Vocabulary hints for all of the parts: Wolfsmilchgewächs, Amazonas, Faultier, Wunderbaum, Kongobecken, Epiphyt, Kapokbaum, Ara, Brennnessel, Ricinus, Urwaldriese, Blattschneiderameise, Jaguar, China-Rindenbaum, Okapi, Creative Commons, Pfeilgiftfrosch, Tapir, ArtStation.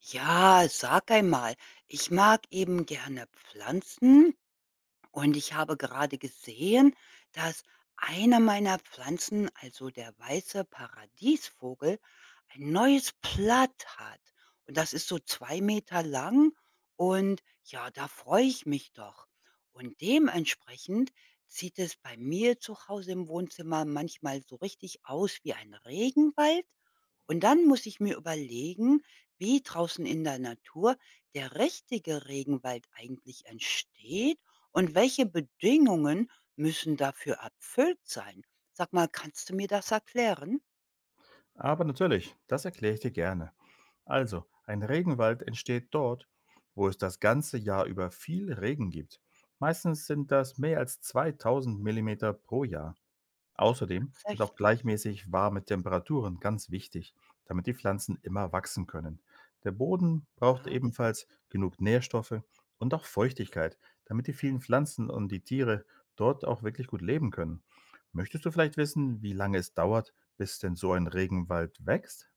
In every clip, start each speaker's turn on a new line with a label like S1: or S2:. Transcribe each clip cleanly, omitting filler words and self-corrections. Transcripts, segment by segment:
S1: Ja, sag einmal. Ich mag eben gerne Pflanzen und ich habe gerade gesehen, dass einer meiner Pflanzen, also der weiße Paradiesvogel, ein neues Blatt hat. Und das ist so 2 Meter lang und ja, da freue ich mich doch. Und dementsprechend sieht es bei mir zu Hause im Wohnzimmer manchmal so richtig aus wie ein Regenwald und dann muss ich mir überlegen, wie draußen in der Natur der richtige Regenwald eigentlich entsteht und welche Bedingungen müssen dafür erfüllt sein. Sag mal, kannst du mir das erklären?
S2: Aber natürlich, das erkläre ich dir gerne. Also, ein Regenwald entsteht dort, wo es das ganze Jahr über viel Regen gibt. Meistens sind das mehr als 2000 Millimeter pro Jahr. Außerdem sind auch
S1: Tatsächlich.
S2: gleichmäßig warme Temperaturen ganz wichtig, damit die Pflanzen immer wachsen können. Der Boden braucht ebenfalls genug Nährstoffe und auch Feuchtigkeit, damit die vielen Pflanzen und die Tiere dort auch wirklich gut leben können. Möchtest du vielleicht wissen, wie lange es dauert, bis denn so ein Regenwald wächst?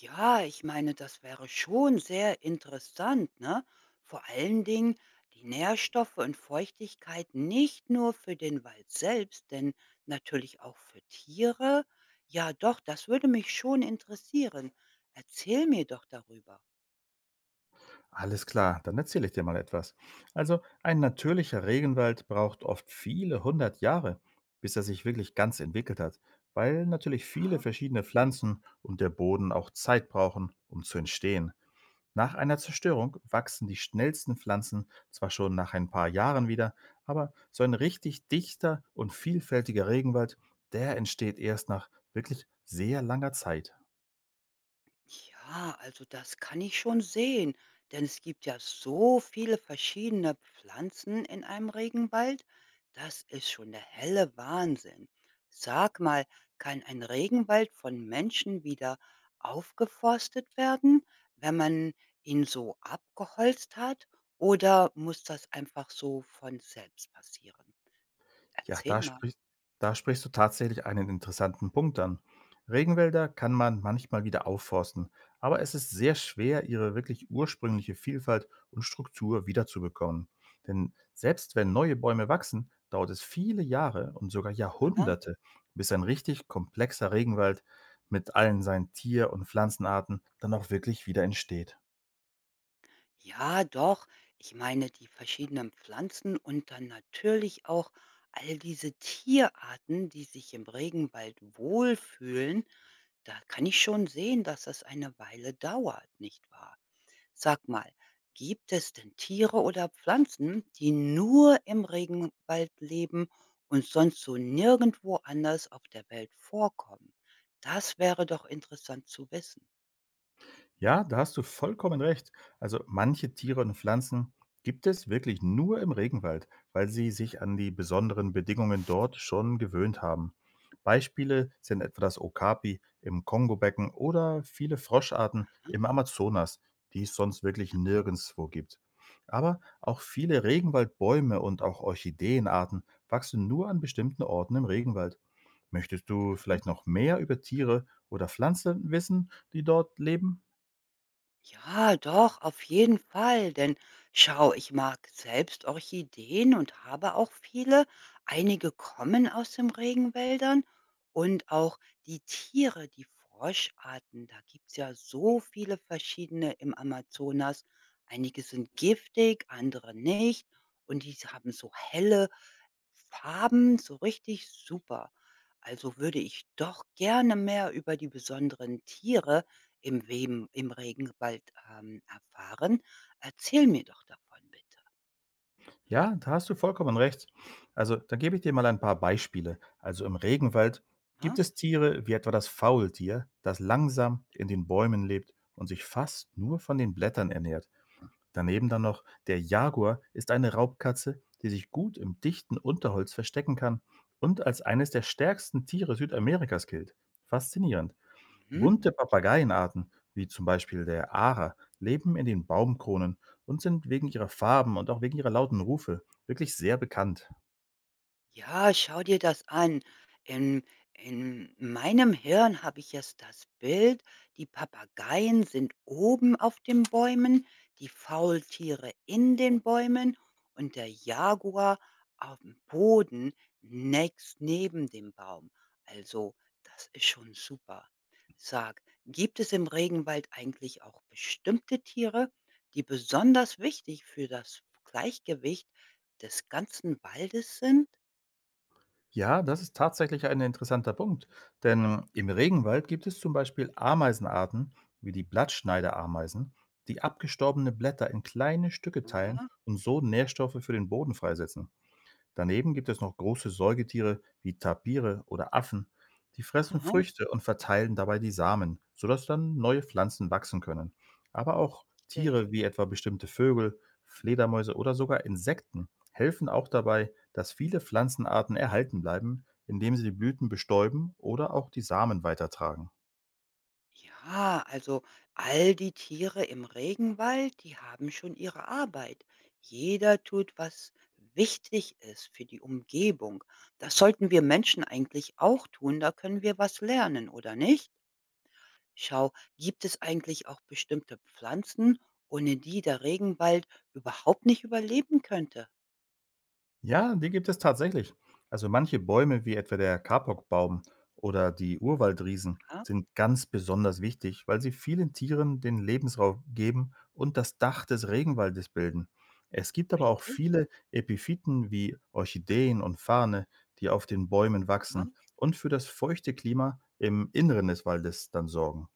S1: Ja, ich meine, das wäre schon sehr interessant, ne? Vor allen Dingen die Nährstoffe und Feuchtigkeit nicht nur für den Wald selbst, denn natürlich auch für Tiere. Ja, doch, das würde mich schon interessieren. Erzähl mir doch darüber.
S2: Alles klar, dann erzähle ich dir mal etwas. Also, ein natürlicher Regenwald braucht oft viele hundert Jahre, bis er sich wirklich ganz entwickelt hat, weil natürlich viele verschiedene Pflanzen und der Boden auch Zeit brauchen, um zu entstehen. Nach einer Zerstörung wachsen die schnellsten Pflanzen zwar schon nach ein paar Jahren wieder, aber so ein richtig dichter und vielfältiger Regenwald, der entsteht erst nach wirklich sehr langer Zeit.
S1: Ja, also das kann ich schon sehen, denn es gibt ja so viele verschiedene Pflanzen in einem Regenwald. Das ist schon der helle Wahnsinn. Sag mal, kann ein Regenwald von Menschen wieder aufgeforstet werden, wenn man ihn so abgeholzt hat? Oder muss das einfach so von selbst passieren?
S2: Ja,
S1: Erzähl
S2: da
S1: mal.
S2: sprichst da sprichst du tatsächlich einen interessanten Punkt an. Regenwälder kann man manchmal wieder aufforsten, aber es ist sehr schwer, ihre wirklich ursprüngliche Vielfalt und Struktur wiederzubekommen. Denn selbst wenn neue Bäume wachsen, dauert es viele Jahre und sogar
S1: Ja?
S2: Jahrhunderte, bis ein richtig komplexer Regenwald mit allen seinen Tier- und Pflanzenarten dann auch wirklich wieder entsteht.
S1: Ja, doch. Ich meine die verschiedenen Pflanzen und dann natürlich auch all diese Tierarten, die sich im Regenwald wohlfühlen. Da kann ich schon sehen, dass das eine Weile dauert, nicht wahr? Sag mal, gibt es denn Tiere oder Pflanzen, die nur im Regenwald leben und sonst so nirgendwo anders auf der Welt vorkommen? Das wäre doch interessant zu wissen.
S2: Ja, da hast du vollkommen recht. Also manche Tiere und Pflanzen gibt es wirklich nur im Regenwald, weil sie sich an die besonderen Bedingungen dort schon gewöhnt haben. Beispiele sind etwa das Okapi im Kongobecken oder viele Froscharten
S1: Ne?
S2: im Amazonas, die es sonst wirklich nirgendwo gibt. Aber auch viele Regenwaldbäume und auch Orchideenarten wachsen nur an bestimmten Orten im Regenwald. Möchtest du vielleicht noch mehr über Tiere oder Pflanzen wissen, die dort leben?
S1: Ja, doch, auf jeden Fall. Denn schau, ich mag selbst Orchideen und habe auch viele. Einige kommen aus den Regenwäldern und auch die Tiere, die Froscharten. Da gibt es ja so viele verschiedene im Amazonas. Einige sind giftig, andere nicht. Und die haben so helle Farben, so richtig super. Also würde ich doch gerne mehr über die besonderen Tiere im Regenwald, erfahren. Erzähl mir doch davon bitte,
S2: Ja, da hast du vollkommen recht. Also, da gebe ich dir mal ein paar Beispiele. Also im Regenwald gibt
S1: ne?
S2: es Tiere wie etwa das Faultier, das langsam in den Bäumen lebt und sich fast nur von den Blättern ernährt. Daneben dann noch der Jaguar ist eine Raubkatze, die sich gut im dichten Unterholz verstecken kann und als eines der stärksten Tiere Südamerikas gilt. Faszinierend.
S1: Mhm.
S2: Bunte Papageienarten, wie zum Beispiel der Ara, leben in den Baumkronen und sind wegen ihrer Farben und auch wegen ihrer lauten Rufe wirklich sehr bekannt.
S1: Ja, schau dir das an. In, in meinem Hirn habe ich jetzt das Bild, die Papageien sind oben auf den Bäumen, die Faultiere in den Bäumen und der Jaguar auf dem Boden nächst neben dem Baum. Also, das ist schon super. Sag, gibt es im Regenwald eigentlich auch bestimmte Tiere, die besonders wichtig für das Gleichgewicht des ganzen Waldes sind?
S2: Ja, das ist tatsächlich ein interessanter Punkt, denn im Regenwald gibt es zum Beispiel Ameisenarten wie die Blattschneiderameisen, die abgestorbene Blätter in kleine Stücke teilen
S1: Ja,
S2: und so Nährstoffe für den Boden freisetzen. Daneben gibt es noch große Säugetiere wie Tapire oder Affen, die fressen
S1: aha,
S2: Früchte und verteilen dabei die Samen, sodass dann neue Pflanzen wachsen können. Aber auch
S1: richtig.
S2: Tiere wie etwa bestimmte Vögel, Fledermäuse oder sogar Insekten helfen auch dabei, dass viele Pflanzenarten erhalten bleiben, indem sie die Blüten bestäuben oder auch die Samen weitertragen.
S1: Ja, also all die Tiere im Regenwald, die haben schon ihre Arbeit. Jeder tut, was wichtig ist für die Umgebung. Das sollten wir Menschen eigentlich auch tun, da können wir was lernen, oder nicht? Schau, gibt es eigentlich auch bestimmte Pflanzen, ohne die der Regenwald überhaupt nicht überleben könnte?
S2: Ja, die gibt es tatsächlich. Also manche Bäume, wie etwa der Kapokbaum oder die Urwaldriesen,
S1: Ja,
S2: sind ganz besonders wichtig, weil sie vielen Tieren den Lebensraum geben und das Dach des Regenwaldes bilden. Es gibt aber auch
S1: richtig.
S2: viele Epiphyten wie Orchideen und Farne, die auf den Bäumen
S1: Ja.
S2: wachsen und für das feuchte Klima im Inneren des Waldes dann sorgen.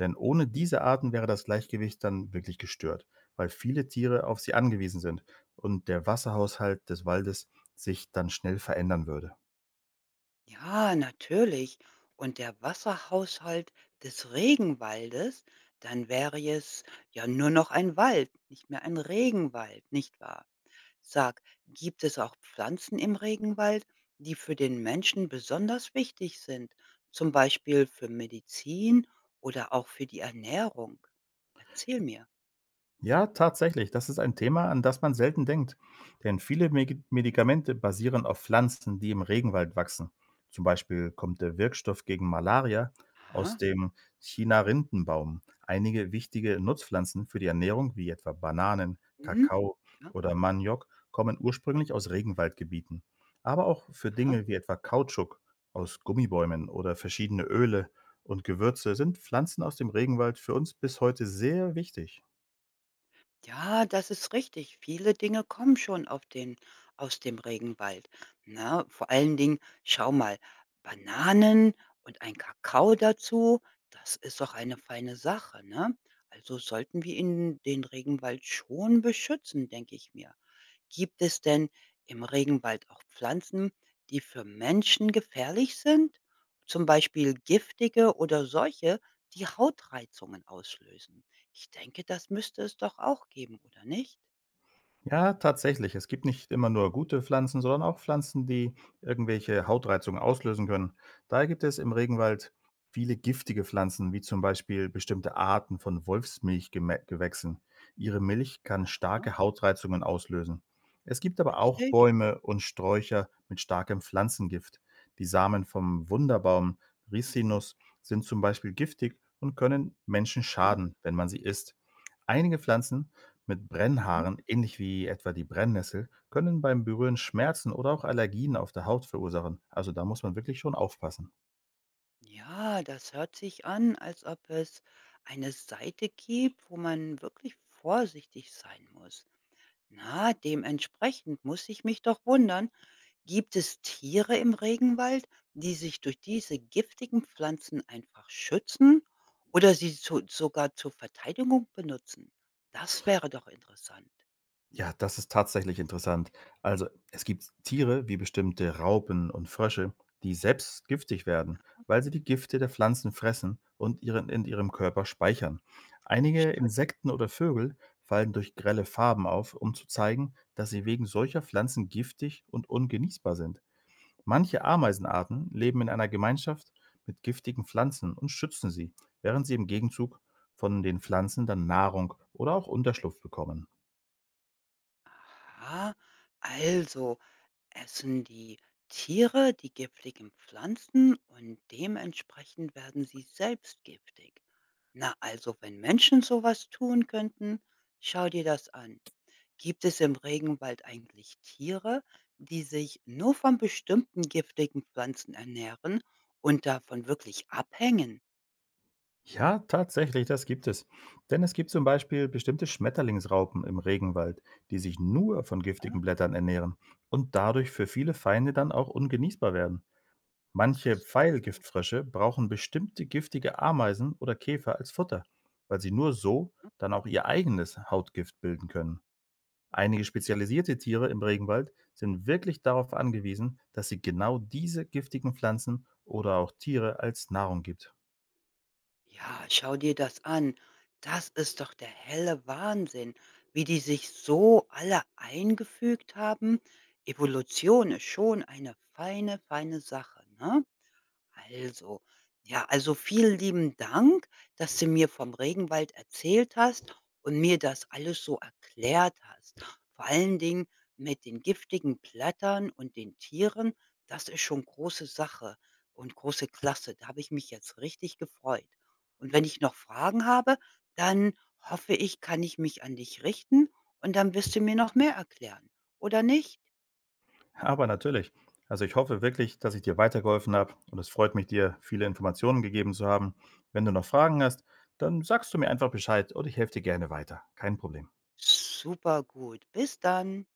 S2: Denn ohne diese Arten wäre das Gleichgewicht dann wirklich gestört, weil viele Tiere auf sie angewiesen sind und der Wasserhaushalt des Waldes sich dann schnell verändern würde.
S1: Ja, natürlich. Und der Wasserhaushalt des Regenwaldes, dann wäre es ja nur noch ein Wald, nicht mehr ein Regenwald, nicht wahr? Sag, gibt es auch Pflanzen im Regenwald, die für den Menschen besonders wichtig sind, zum Beispiel für Medizin oder auch für die Ernährung? Erzähl mir.
S2: Ja, tatsächlich. Das ist ein Thema, an das man selten denkt. Denn viele Medikamente basieren auf Pflanzen, die im Regenwald wachsen. Zum Beispiel kommt der Wirkstoff gegen Malaria aus
S1: Aha.
S2: dem China-Rindenbaum. Einige wichtige Nutzpflanzen für die Ernährung, wie etwa Bananen,
S1: Mhm.
S2: Kakao
S1: Ja.
S2: oder Maniok, kommen ursprünglich aus Regenwaldgebieten. Aber auch für
S1: Aha.
S2: Dinge wie etwa Kautschuk aus Gummibäumen oder verschiedene Öle und Gewürze sind Pflanzen aus dem Regenwald für uns bis heute sehr wichtig.
S1: Ja, das ist richtig. Viele Dinge kommen schon auf den aus dem Regenwald. Na, vor allen Dingen, schau mal, Bananen und ein Kakao dazu, das ist doch eine feine Sache, ne? Also sollten wir ihn den Regenwald schon beschützen, denke ich mir. Gibt es denn im Regenwald auch Pflanzen, die für Menschen gefährlich sind? Zum Beispiel giftige oder solche, die Hautreizungen auslösen? Ich denke, das müsste es doch auch geben, oder nicht?
S2: Ja, tatsächlich. Es gibt nicht immer nur gute Pflanzen, sondern auch Pflanzen, die irgendwelche Hautreizungen auslösen können. Daher gibt es im Regenwald viele giftige Pflanzen, wie zum Beispiel bestimmte Arten von Wolfsmilchgewächsen. Ihre Milch kann
S1: Ja,
S2: starke Hautreizungen auslösen. Es gibt aber auch
S1: richtig.
S2: Bäume und Sträucher mit starkem Pflanzengift. Die Samen vom Wunderbaum
S1: Mhm.
S2: Ricinus sind zum Beispiel giftig und können Menschen
S1: Ja,
S2: schaden, wenn man sie isst. Einige Pflanzen mit
S1: mhm.
S2: Brennhaaren, ähnlich wie etwa die Brennnessel, können beim Berühren Schmerzen oder auch Allergien auf der Haut verursachen. Also da muss man wirklich schon aufpassen.
S1: Ja, das hört sich an, als ob es eine Seite gibt, wo man wirklich vorsichtig sein muss. Na, dementsprechend muss ich mich doch wundern, gibt es Tiere im Regenwald, die sich durch diese giftigen Pflanzen einfach schützen oder sie zu sogar zur Verteidigung benutzen? Das wäre doch interessant.
S2: Ja, das ist tatsächlich interessant. Also es gibt Tiere wie bestimmte Raupen und Frösche, die selbst giftig werden, weil sie die Gifte der Pflanzen fressen und in ihrem Körper speichern. Einige
S1: Schade.
S2: Insekten oder Vögel fallen durch grelle Farben auf, um zu zeigen, dass sie wegen solcher Pflanzen giftig und ungenießbar sind. Manche Ameisenarten leben in einer Gemeinschaft mit giftigen Pflanzen und schützen sie, während sie im Gegenzug von den Pflanzen dann Nahrung oder auch Unterschlupf bekommen.
S1: Aha, also essen die Tiere die giftigen Pflanzen und dementsprechend werden sie selbst giftig. Na, also wenn Menschen sowas tun könnten, schau dir das an. Gibt es im Regenwald eigentlich Tiere, die sich nur von bestimmten giftigen Pflanzen ernähren und davon wirklich abhängen?
S2: Ja, tatsächlich, das gibt es. Denn es gibt zum Beispiel bestimmte Schmetterlingsraupen im Regenwald, die sich nur von giftigen
S1: Ja,
S2: Blättern ernähren und dadurch für viele Feinde dann auch ungenießbar werden.
S1: ach
S2: Manche
S1: so.
S2: Pfeilgiftfrösche brauchen bestimmte giftige Ameisen oder Käfer als Futter, weil sie nur so
S1: Ne?
S2: dann auch ihr eigenes Hautgift bilden können. Einige spezialisierte Tiere im Regenwald sind wirklich darauf angewiesen, dass sie genau diese giftigen Pflanzen oder auch Tiere als Nahrung gibt.
S1: Ja, schau dir das an. Das ist doch der helle Wahnsinn, wie die sich so alle eingefügt haben. Evolution ist schon eine feine, feine Sache, ne? Also, ja, also vielen lieben Dank, dass du mir vom Regenwald erzählt hast und mir das alles so erklärt hast. Vor allen Dingen mit den giftigen Blättern und den Tieren, das ist schon große Sache und große Klasse. Da habe ich mich jetzt richtig gefreut. Und wenn ich noch Fragen habe, dann hoffe ich, kann ich mich an dich richten und dann wirst du mir noch mehr erklären, oder nicht?
S2: Aber natürlich, also ich hoffe wirklich, dass ich dir weitergeholfen habe und es freut mich, dir viele Informationen gegeben zu haben. Wenn du noch Fragen hast, dann sagst du mir einfach Bescheid und ich helfe dir gerne weiter. Kein Problem.
S1: Super gut. Bis dann.